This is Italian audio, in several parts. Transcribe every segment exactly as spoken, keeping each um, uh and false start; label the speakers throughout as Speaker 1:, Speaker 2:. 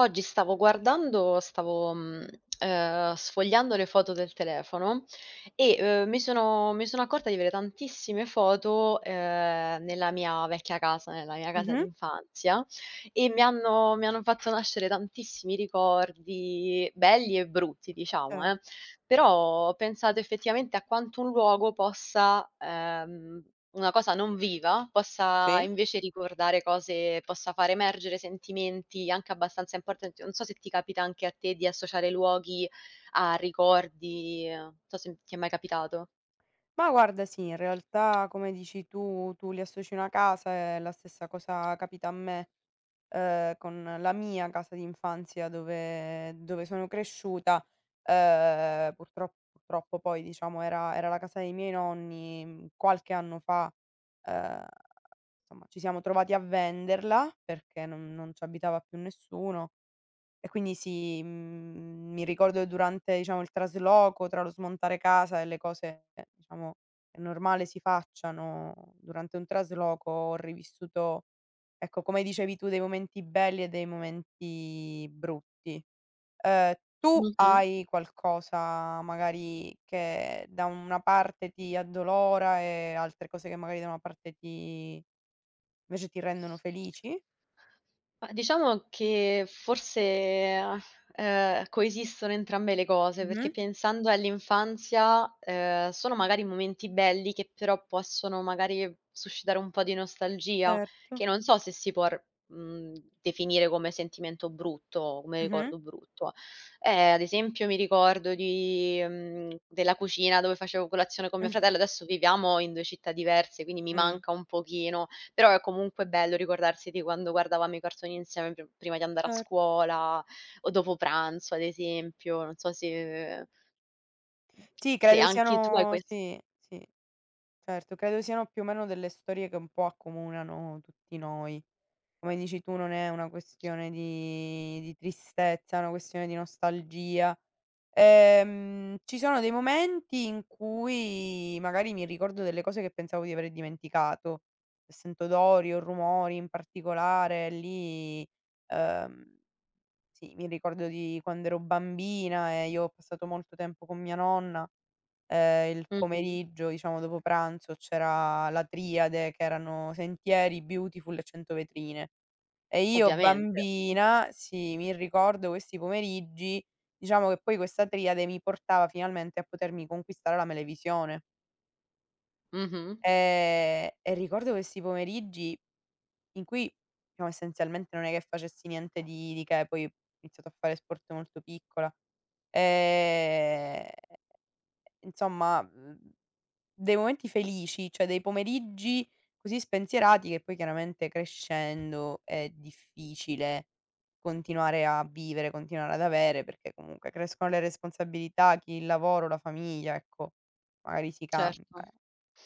Speaker 1: Oggi stavo guardando stavo, mhmm, ehm, sfogliando le foto del telefono e, uhm, mi sono mi sono accorta di avere tantissime foto, ehm, nella mia vecchia casa, nella mia casa
Speaker 2: Mh-mh.
Speaker 1: d'infanzia e mi hanno mi hanno fatto nascere tantissimi ricordi belli e brutti, diciamo,
Speaker 2: Cer
Speaker 1: eh. Però ho pensato effettivamente a quanto un luogo possa ehm, una cosa non viva, possa
Speaker 2: Sì.
Speaker 1: invece ricordare cose possa far emergere sentimenti anche abbastanza importanti. Non so se ti capita anche a te di associare luoghi a ricordi, eh, non so se ti è mai capitato.
Speaker 2: Ma guarda, sì, in realtà come dici tu, tu li associ una casa e la stessa cosa capita a me. Ehm, con la mia casa d'infanzia dove dove sono cresciuta. Ehm, purtro purtroppo poi diciamo era era la casa dei miei nonni, mhmm, qualche anno fa. Ehm, insomma ci siamo trovati a venderla perché non non ci abitava più nessuno. E quindi sì, mhmm, mi ricordo durante, diciamo, il trasloco tra lo smontare casa e le cose, eh, diciamo, è normale si facciano durante un trasloco. Ho rivissuto, ecco, come dicevi tu, dei momenti belli e dei momenti brutti. Ehm, tu
Speaker 1: Mh-mh.
Speaker 2: hai qualcosa magari che da una parte ti addolora e altre cose che magari da una parte ti invece ti rendono felici?
Speaker 1: Ma diciamo che forse, ehm, coesistono entrambe le cose,
Speaker 2: Mh-mh,
Speaker 1: perché pensando all'infanzia, ehm, sono magari momenti belli che però possono magari suscitare un po' di nostalgia,
Speaker 2: certo.
Speaker 1: che non so se si può r mhmm, definire come sentimento brutto, come
Speaker 2: Mh-mh.
Speaker 1: ricordo brutto. Eh, ad esempio mi ricordo di mhmm, della cucina dove facevo colazione con mio
Speaker 2: Mh.
Speaker 1: fratello, adesso viviamo in due città diverse, quindi mi
Speaker 2: Mh.
Speaker 1: manca un pochino, però è comunque bello ricordarsi di quando guardavamo i cartoni insieme pr prima di andare a
Speaker 2: Cer
Speaker 1: scuola o dopo pranzo, ad esempio. Non so se
Speaker 2: Sì,
Speaker 1: se
Speaker 2: credo
Speaker 1: anche tu hai
Speaker 2: siano
Speaker 1: ques
Speaker 2: sì, sì, certo, credo siano più o meno delle storie che un po' accomunano tutti noi. Come dici tu non è una questione di di tristezza, è una questione di nostalgia. Ehm, ci sono dei momenti in cui magari mi ricordo delle cose che pensavo di aver dimenticato. Se sento odori o rumori in particolare lì, ehm sì, mi ricordo di quando ero bambina e io ho passato molto tempo con mia nonna. Ehm, il
Speaker 1: Mh-mh,
Speaker 2: pomeriggio, diciamo dopo pranzo, c'era la triade che erano Sentieri, Beautiful e cento vetrine. E io
Speaker 1: ovviamente.
Speaker 2: bambina, sì, mi ricordo questi pomeriggi, diciamo che poi questa triade mi portava finalmente a potermi conquistare la melevisione.
Speaker 1: Mh-mh,
Speaker 2: Ehm, e ricordo questi pomeriggi in cui, diciamo, essenzialmente non è che facessi niente di di che. Poi ho iniziato a fare sport molto piccola. Ehm, insomma, mhmm, dei momenti felici, cioè dei pomeriggi così spensierati che poi chiaramente crescendo è difficile continuare a vivere, continuare ad avere, perché comunque crescono le responsabilità, chi il lavoro, la famiglia, ecco, magari si cambia.
Speaker 1: certo.
Speaker 2: eh.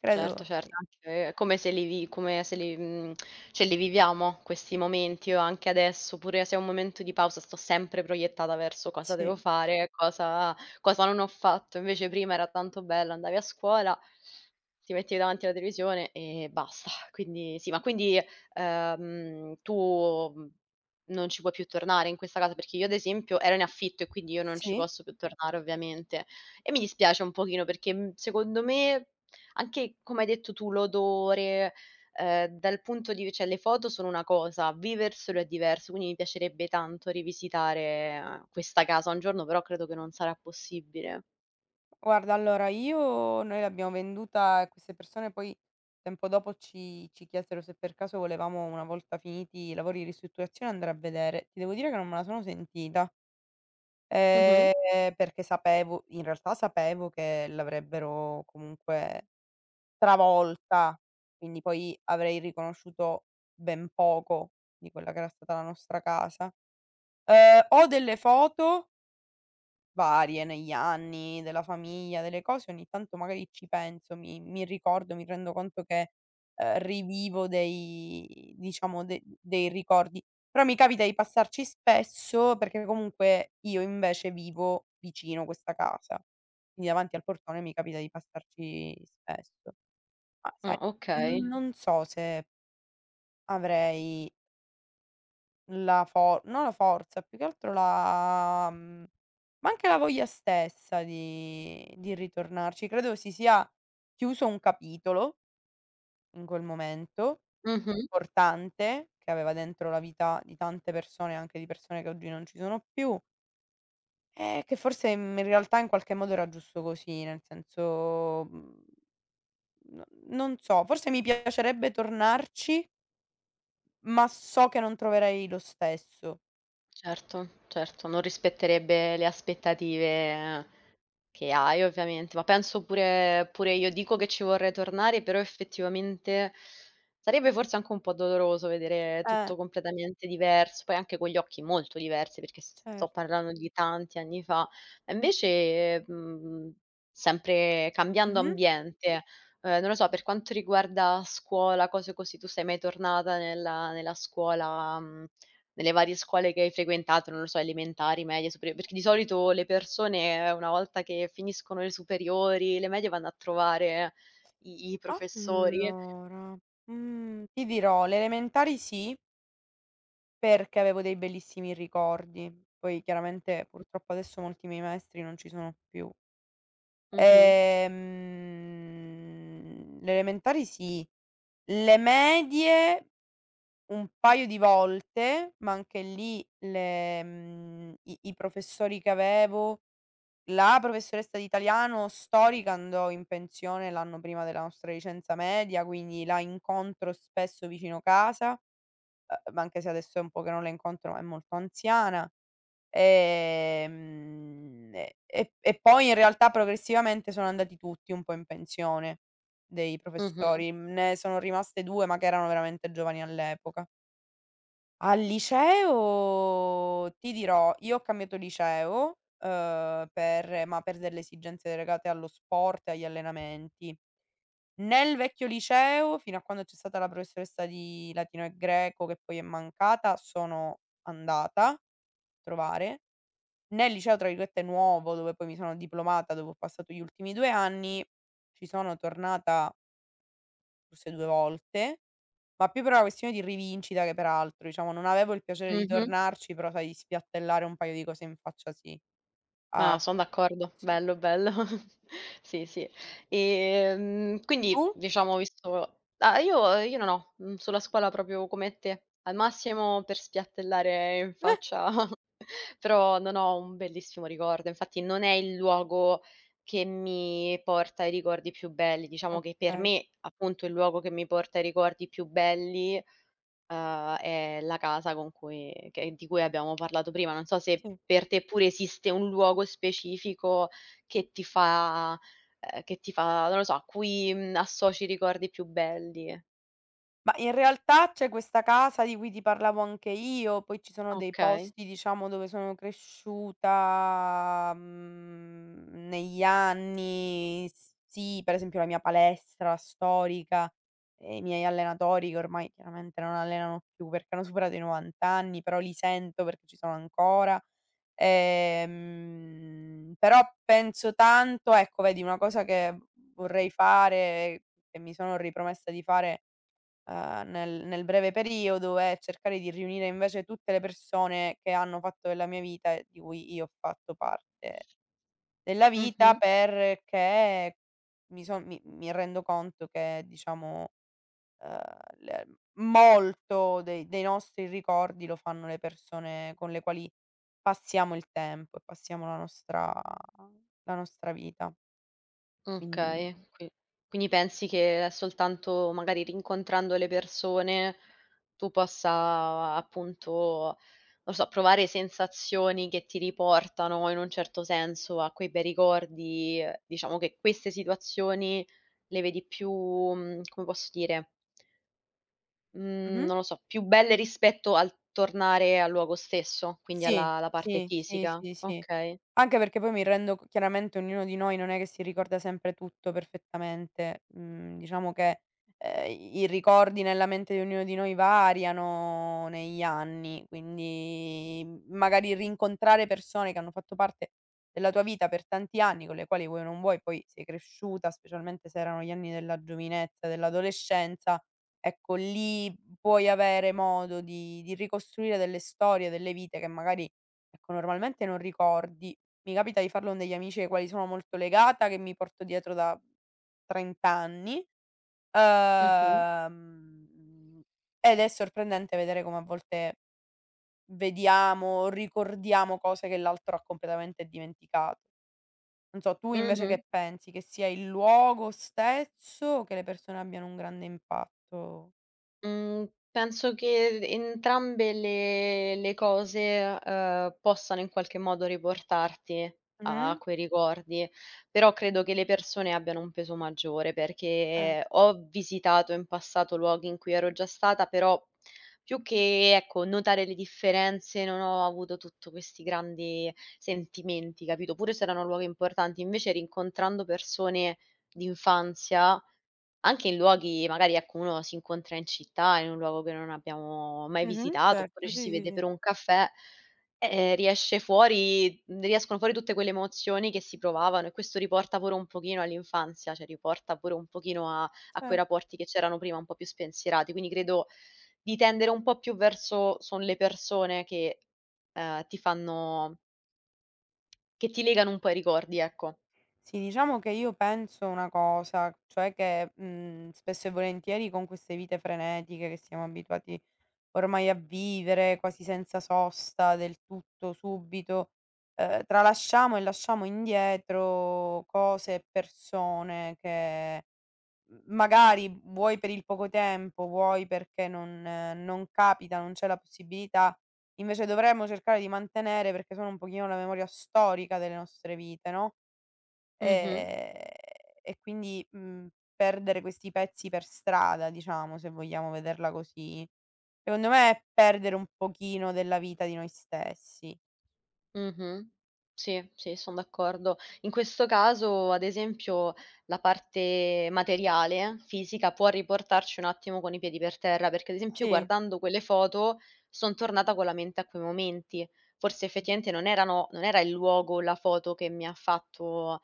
Speaker 2: Credo
Speaker 1: Certo,
Speaker 2: sì,
Speaker 1: certo, anche è come se li vi come se li mhmm, cioè li viviamo questi momenti. Io anche adesso, pure se è un momento di pausa, sto sempre proiettata verso cosa devo
Speaker 2: sì,
Speaker 1: fare, cosa cosa non ho fatto. Invece prima era tanto bello, andavi a scuola, ti mettevi davanti alla televisione e basta. Quindi sì, ma quindi, ehm, tu, mhmm, non ci puoi più tornare in questa casa? Perché io ad esempio ero in affitto e quindi io non ci
Speaker 2: sì.
Speaker 1: posso più tornare ovviamente e mi dispiace un pochino perché, mhmm, secondo me anche come hai detto tu, l'odore, ehm, dal punto di cioè le foto sono una cosa, viverselo è diverso, quindi mi piacerebbe tanto rivisitare eh, questa casa un giorno, però credo che non sarà possibile.
Speaker 2: Guarda, allora io noi l'abbiamo venduta e queste persone poi tempo dopo ci ci chiesero se per caso volevamo, una volta finiti i lavori di ristrutturazione, andare a vedere. Ti devo dire che non me la sono sentita,
Speaker 1: Mh-mh.
Speaker 2: ehm, perché sapevo, in realtà sapevo che l'avrebbero comunque travolta, quindi poi avrei riconosciuto ben poco di quella che era stata la nostra casa. Ehm, ho delle foto varie negli anni, della famiglia, delle cose. Ogni tanto magari ci penso, mi mi ricordo, mi rendo conto che, ehm, rivivo dei diciamo de dei ricordi. Però mi capita di passarci spesso perché comunque io invece vivo vicino questa casa, quindi davanti al portone mi capita di passarci spesso. Ma sai,
Speaker 1: Ah,
Speaker 2: non
Speaker 1: okay.
Speaker 2: non so se avrei la for no la forza, più che altro la, mhmm, ma anche la voglia stessa di di ritornarci. Credo si sia chiuso un capitolo in quel momento,
Speaker 1: Mh-mh.
Speaker 2: importante, che aveva dentro la vita di tante persone, anche di persone che oggi non ci sono più, e che forse, mhmm, in realtà in qualche modo era giusto così, nel senso, mhmm, no, non so, forse mi piacerebbe tornarci, ma so che non troverei lo stesso.
Speaker 1: Certo, certo, non rispetterebbe le aspettative che hai ovviamente, ma penso pure pure io. Dico che ci vorrei tornare, però effettivamente sarebbe forse anche un po' doloroso vedere
Speaker 2: Eh,
Speaker 1: tutto completamente diverso, poi anche con gli occhi molto diversi, perché s sto
Speaker 2: cer
Speaker 1: parlando di tanti anni fa. E invece, mhmm, sempre cambiando
Speaker 2: Mh-mh.
Speaker 1: ambiente, ehm, non lo so, per quanto riguarda scuola, cose così, tu sei mai tornata nella nella scuola, mhmm nelle varie scuole che hai frequentato, non lo so, elementari, medie, superiori, perché di solito le persone eh, una volta che finiscono le superiori, le medie vanno a trovare i i
Speaker 2: Ah.
Speaker 1: professori.
Speaker 2: Allora, mhmm, ti dirò, le elementari sì, perché avevo dei bellissimi ricordi. Poi chiaramente
Speaker 1: Mh.
Speaker 2: purtroppo adesso molti miei maestri non ci sono più.
Speaker 1: Mh-mh.
Speaker 2: Ehm, le elementari sì. Le medie un paio di volte, ma anche lì le mhmm, i i professori che avevo, la professoressa di italiano storica andò in pensione l'anno prima della nostra licenza media, quindi la incontro spesso vicino casa. Uhm, ma anche se adesso è un po' che non la incontro, ma è molto anziana. Ehm, e e e poi in realtà progressivamente sono andati tutti un po' in pensione dei
Speaker 1: Mh-mh.
Speaker 2: professori. Ne sono rimaste due, ma che erano veramente giovani all'epoca. Al liceo ti dirò, io ho cambiato liceo, uhm, per ma per delle esigenze legate allo sport e agli allenamenti. Nel vecchio liceo, fino a quando c'è stata la professoressa di latino e greco, che poi è mancata, sono andata a trovare. Nel liceo, tra virgolette, "nuovo", dove poi mi sono diplomata, dove ho passato gli ultimi due anni, ci sono tornata forse due volte. Ma più per una questione di rivincita che peraltro, diciamo, non avevo il piacere di
Speaker 1: Mh-mh.
Speaker 2: tornarci, però sai, di spiattellare un paio di cose in faccia sì.
Speaker 1: Ah,
Speaker 2: Ah,
Speaker 1: son d'accordo.
Speaker 2: sì.
Speaker 1: Bello, bello. Sì, sì. Ehm, quindi
Speaker 2: Tu?
Speaker 1: diciamo visto ah, io io non ho, mhmm, sulla scuola proprio come te. Al massimo per spiattellare in
Speaker 2: Eh,
Speaker 1: faccia, però non ho un bellissimo ricordo. Infatti non è il luogo che mi porta ai ricordi più belli. Diciamo che per
Speaker 2: okay,
Speaker 1: me, appunto, il luogo che mi porta ai ricordi più belli uhm, è la casa con cui che di cui abbiamo parlato prima. Non so se
Speaker 2: sì.
Speaker 1: per te pure esiste un luogo specifico che ti fa ehm, che ti fa non lo so, a cui, mhmm, associ i ricordi più belli.
Speaker 2: Ma in realtà c'è questa casa di cui ti parlavo anche io, poi ci sono dei
Speaker 1: Okay.
Speaker 2: posti, diciamo, dove sono cresciuta, mhmm, negli anni. Sì, per esempio la mia palestra storica e i miei allenatori che ormai chiaramente non allenano più perché hanno superato i novanta anni, però li sento perché ci sono ancora. Ehm, però penso tanto, ecco, vedi una cosa che vorrei fare, che mi sono ripromessa di fare, ehm, nel nel breve periodo, e cercare di riunire invece tutte le persone che hanno fatto della mia vita e di cui io ho fatto parte della vita,
Speaker 1: Mh-mh.
Speaker 2: perché mi son mi mi rendo conto che diciamo, ehm, le molto dei dei nostri ricordi lo fanno le persone con le quali passiamo il tempo e passiamo la nostra la nostra vita.
Speaker 1: Okay,
Speaker 2: Quindi.
Speaker 1: qui quindi pensi che è soltanto magari rincontrando le persone tu possa appunto, non so, provare sensazioni che ti riportano in un certo senso a quei bei ricordi, ehm, diciamo che queste situazioni le vedi più, mhmm, come posso dire, mhmm,
Speaker 2: Mh-mh.
Speaker 1: non lo so, più belle rispetto al tornare al luogo stesso, quindi
Speaker 2: Sì,
Speaker 1: alla alla parte
Speaker 2: sì, sì,
Speaker 1: fisica.
Speaker 2: sì, sì.
Speaker 1: Okay.
Speaker 2: Anche perché poi mi rendo, c chiaramente, ognuno di noi non è che si ricorda sempre tutto perfettamente. Mhmm, diciamo che, ehm, i ricordi nella mente di ognuno di noi variano negli anni, quindi, mhmm, magari rincontrare persone che hanno fatto parte della tua vita per tanti anni, con le quali vuoi o non vuoi poi sei cresciuta, specialmente se erano gli anni della giovinezza, dell'adolescenza. Ecco, lì puoi avere modo di di ricostruire delle storie, delle vite che magari, ecco, normalmente non ricordi. Mi capita di farlo con degli amici ai quali sono molto legata, che mi porto dietro da trenta anni.
Speaker 1: Mh-mh.
Speaker 2: uhm, Ed è sorprendente vedere come a volte vediamo, ricordiamo cose che l'altro ha completamente dimenticato. Non so, tu invece
Speaker 1: Mh-mh.
Speaker 2: che pensi? Che sia il luogo stesso o che le persone abbiano un grande impatto?
Speaker 1: Mhmm, Penso che entrambe le le cose, uhm, possano in qualche modo riportarti
Speaker 2: Mh-mh,
Speaker 1: a quei ricordi, però credo che le persone abbiano un peso maggiore,
Speaker 2: ce
Speaker 1: perché ho visitato in passato luoghi in cui ero già stata, però più che, ecco, notare le differenze, non ho avuto tutto questi grandi sentimenti, capito, pure se erano luoghi importanti. Invece rincontrando persone d'infanzia anche in luoghi magari, ecco, uno si incontra in città, in un luogo che non abbiamo mai
Speaker 2: mh-mh,
Speaker 1: visitato, oppure
Speaker 2: certo,
Speaker 1: ci
Speaker 2: sì,
Speaker 1: si
Speaker 2: sì,
Speaker 1: vede
Speaker 2: sì.
Speaker 1: per un caffè, eh, riesce fuori mhmm, riescono fuori tutte quelle emozioni che si provavano e questo riporta pure un pochino all'infanzia, cioè riporta pure un pochino a a quei
Speaker 2: cer
Speaker 1: rapporti che c'erano prima un po' più spensierati. Quindi credo di tendere un po' più verso son le persone che, ehm, ti fanno che ti legano un po' ai ricordi, ecco.
Speaker 2: Sì, diciamo che io penso una cosa, cioè che, mhmm, spesso e volentieri con queste vite frenetiche che siamo abituati ormai a vivere, quasi senza sosta, del tutto subito, ehm, tralasciamo e lasciamo indietro cose e persone che M magari vuoi per il poco tempo, vuoi perché non eh, non capita, non c'è la possibilità, invece dovremmo cercare di mantenere perché sono un pochino la memoria storica delle nostre vite, no,
Speaker 1: Mh-mh.
Speaker 2: ehm, e quindi, mhmm, perdere questi pezzi per strada, diciamo, se vogliamo vederla così, secondo me è perdere un pochino della vita di noi stessi.
Speaker 1: Mh-mh. Sì, sì, son d'accordo. In questo caso, ad esempio, la parte materiale, fisica, può riportarci un attimo con i piedi per terra, perché, ad esempio, io
Speaker 2: Sì,
Speaker 1: guardando quelle foto son tornata con la mente a quei momenti. Forse effettivamente non erano non era il luogo, la foto che mi ha fatto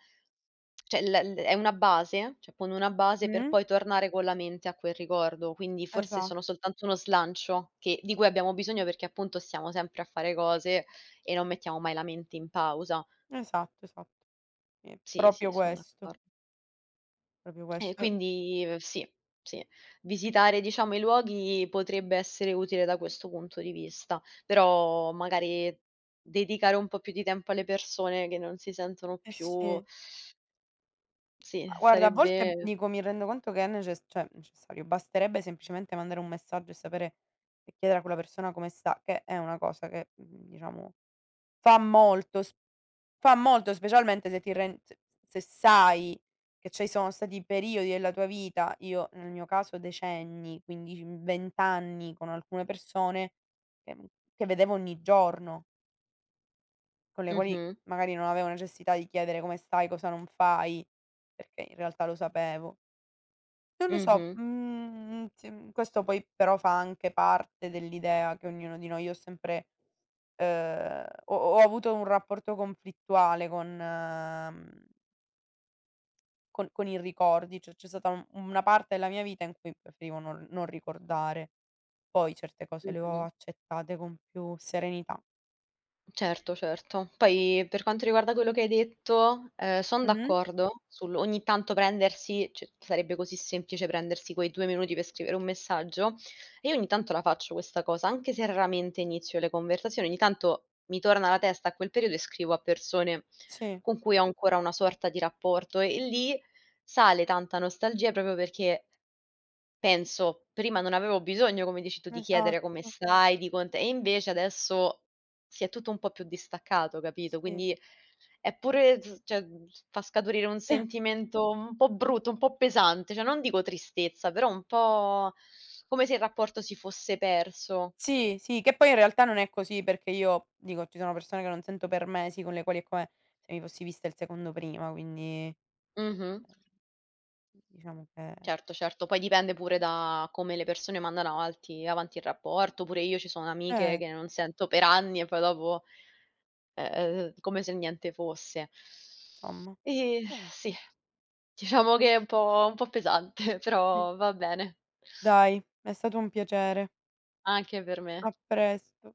Speaker 1: cioè l l è una base, cioè poni una base per
Speaker 2: mh-mh,
Speaker 1: poi tornare con la mente a quel ricordo, quindi forse
Speaker 2: esatto,
Speaker 1: sono soltanto uno slancio che di cui abbiamo bisogno perché appunto stiamo sempre a fare cose e non mettiamo mai la mente in pausa.
Speaker 2: esatto, esatto. Sì,
Speaker 1: Sì, sì,
Speaker 2: proprio
Speaker 1: son
Speaker 2: questo,
Speaker 1: d'accordo.
Speaker 2: proprio
Speaker 1: E
Speaker 2: questo.
Speaker 1: quindi, uhm, sì, sì, visitare diciamo i luoghi potrebbe essere utile da questo punto di vista, però magari dedicare un po' più di tempo alle persone che non si sentono
Speaker 2: Eh
Speaker 1: più
Speaker 2: sì.
Speaker 1: sì,
Speaker 2: Ma guarda, a volte mhmm,
Speaker 1: sarebbe
Speaker 2: dico, mi rendo conto che è neces cioè necessario, basterebbe semplicemente mandare un messaggio e sapere e chiedere a quella persona come sta, che è una cosa che, mhmm, diciamo, fa molto, s fa molto, specialmente se ti ren se se sai che ci sono stati periodi della tua vita, io nel mio caso decenni, quindici, venti anni, con alcune persone che, mhmm, che vedevo ogni giorno, con le quali
Speaker 1: mh-mh,
Speaker 2: magari non avevo necessità di chiedere come stai, cosa non fai, perché in realtà lo sapevo. Non lo so,
Speaker 1: mh-mh.
Speaker 2: mhmm, sì, mhmm, questo poi però fa anche parte dell'idea che ognuno di noi, io ho sempre, ehm, ho ho avuto un rapporto conflittuale con mhmm, con con i ricordi, cioè c'è stata un una parte della mia vita in cui preferivo non non ricordare. Poi certe cose le ho
Speaker 1: Mh-mh.
Speaker 2: accettate con più serenità.
Speaker 1: Certo, certo. Poi per quanto riguarda quello che hai detto, ehm, son
Speaker 2: Mh-mh.
Speaker 1: d'accordo sul ogni tanto prendersi cioè sarebbe così semplice prendersi quei due minuti per scrivere un messaggio, e io ogni tanto la faccio questa cosa, anche se raramente inizio le conversazioni, ogni tanto mi torna alla testa a quel periodo e scrivo a persone
Speaker 2: Sì,
Speaker 1: con cui ho ancora una sorta di rapporto e lì sale tanta nostalgia proprio perché Penso, prima non avevo bisogno, come dici tu, di chiedere come
Speaker 2: esatto,
Speaker 1: stai, di cont e invece adesso si è tutto un po' più distaccato, capito,
Speaker 2: sì.
Speaker 1: quindi è pure z cioè, mhmm, fa scaturire un sentimento un po' brutto, un po' pesante, cioè non dico tristezza, però un po' come se il rapporto si fosse perso.
Speaker 2: Sì, sì, che poi in realtà non è così, perché io dico, ci sono persone che non sento per mesi, con le quali è come se mi fossi vista il secondo prima, quindi, ehm,
Speaker 1: Mh-mh.
Speaker 2: diciamo che,
Speaker 1: Certo, certo, poi dipende pure da come le persone mandano avanti avanti il rapporto, pure io ci sono amiche
Speaker 2: eh,
Speaker 1: che non sento per anni e poi dopo, ehm, come se niente fosse.
Speaker 2: insomma.
Speaker 1: Ehm,
Speaker 2: Niente,
Speaker 1: sì, diciamo che è un po' un po' pesante,
Speaker 2: sì.
Speaker 1: però va bene
Speaker 2: Dai, è stato un piacere.
Speaker 1: anche per me.
Speaker 2: A presto.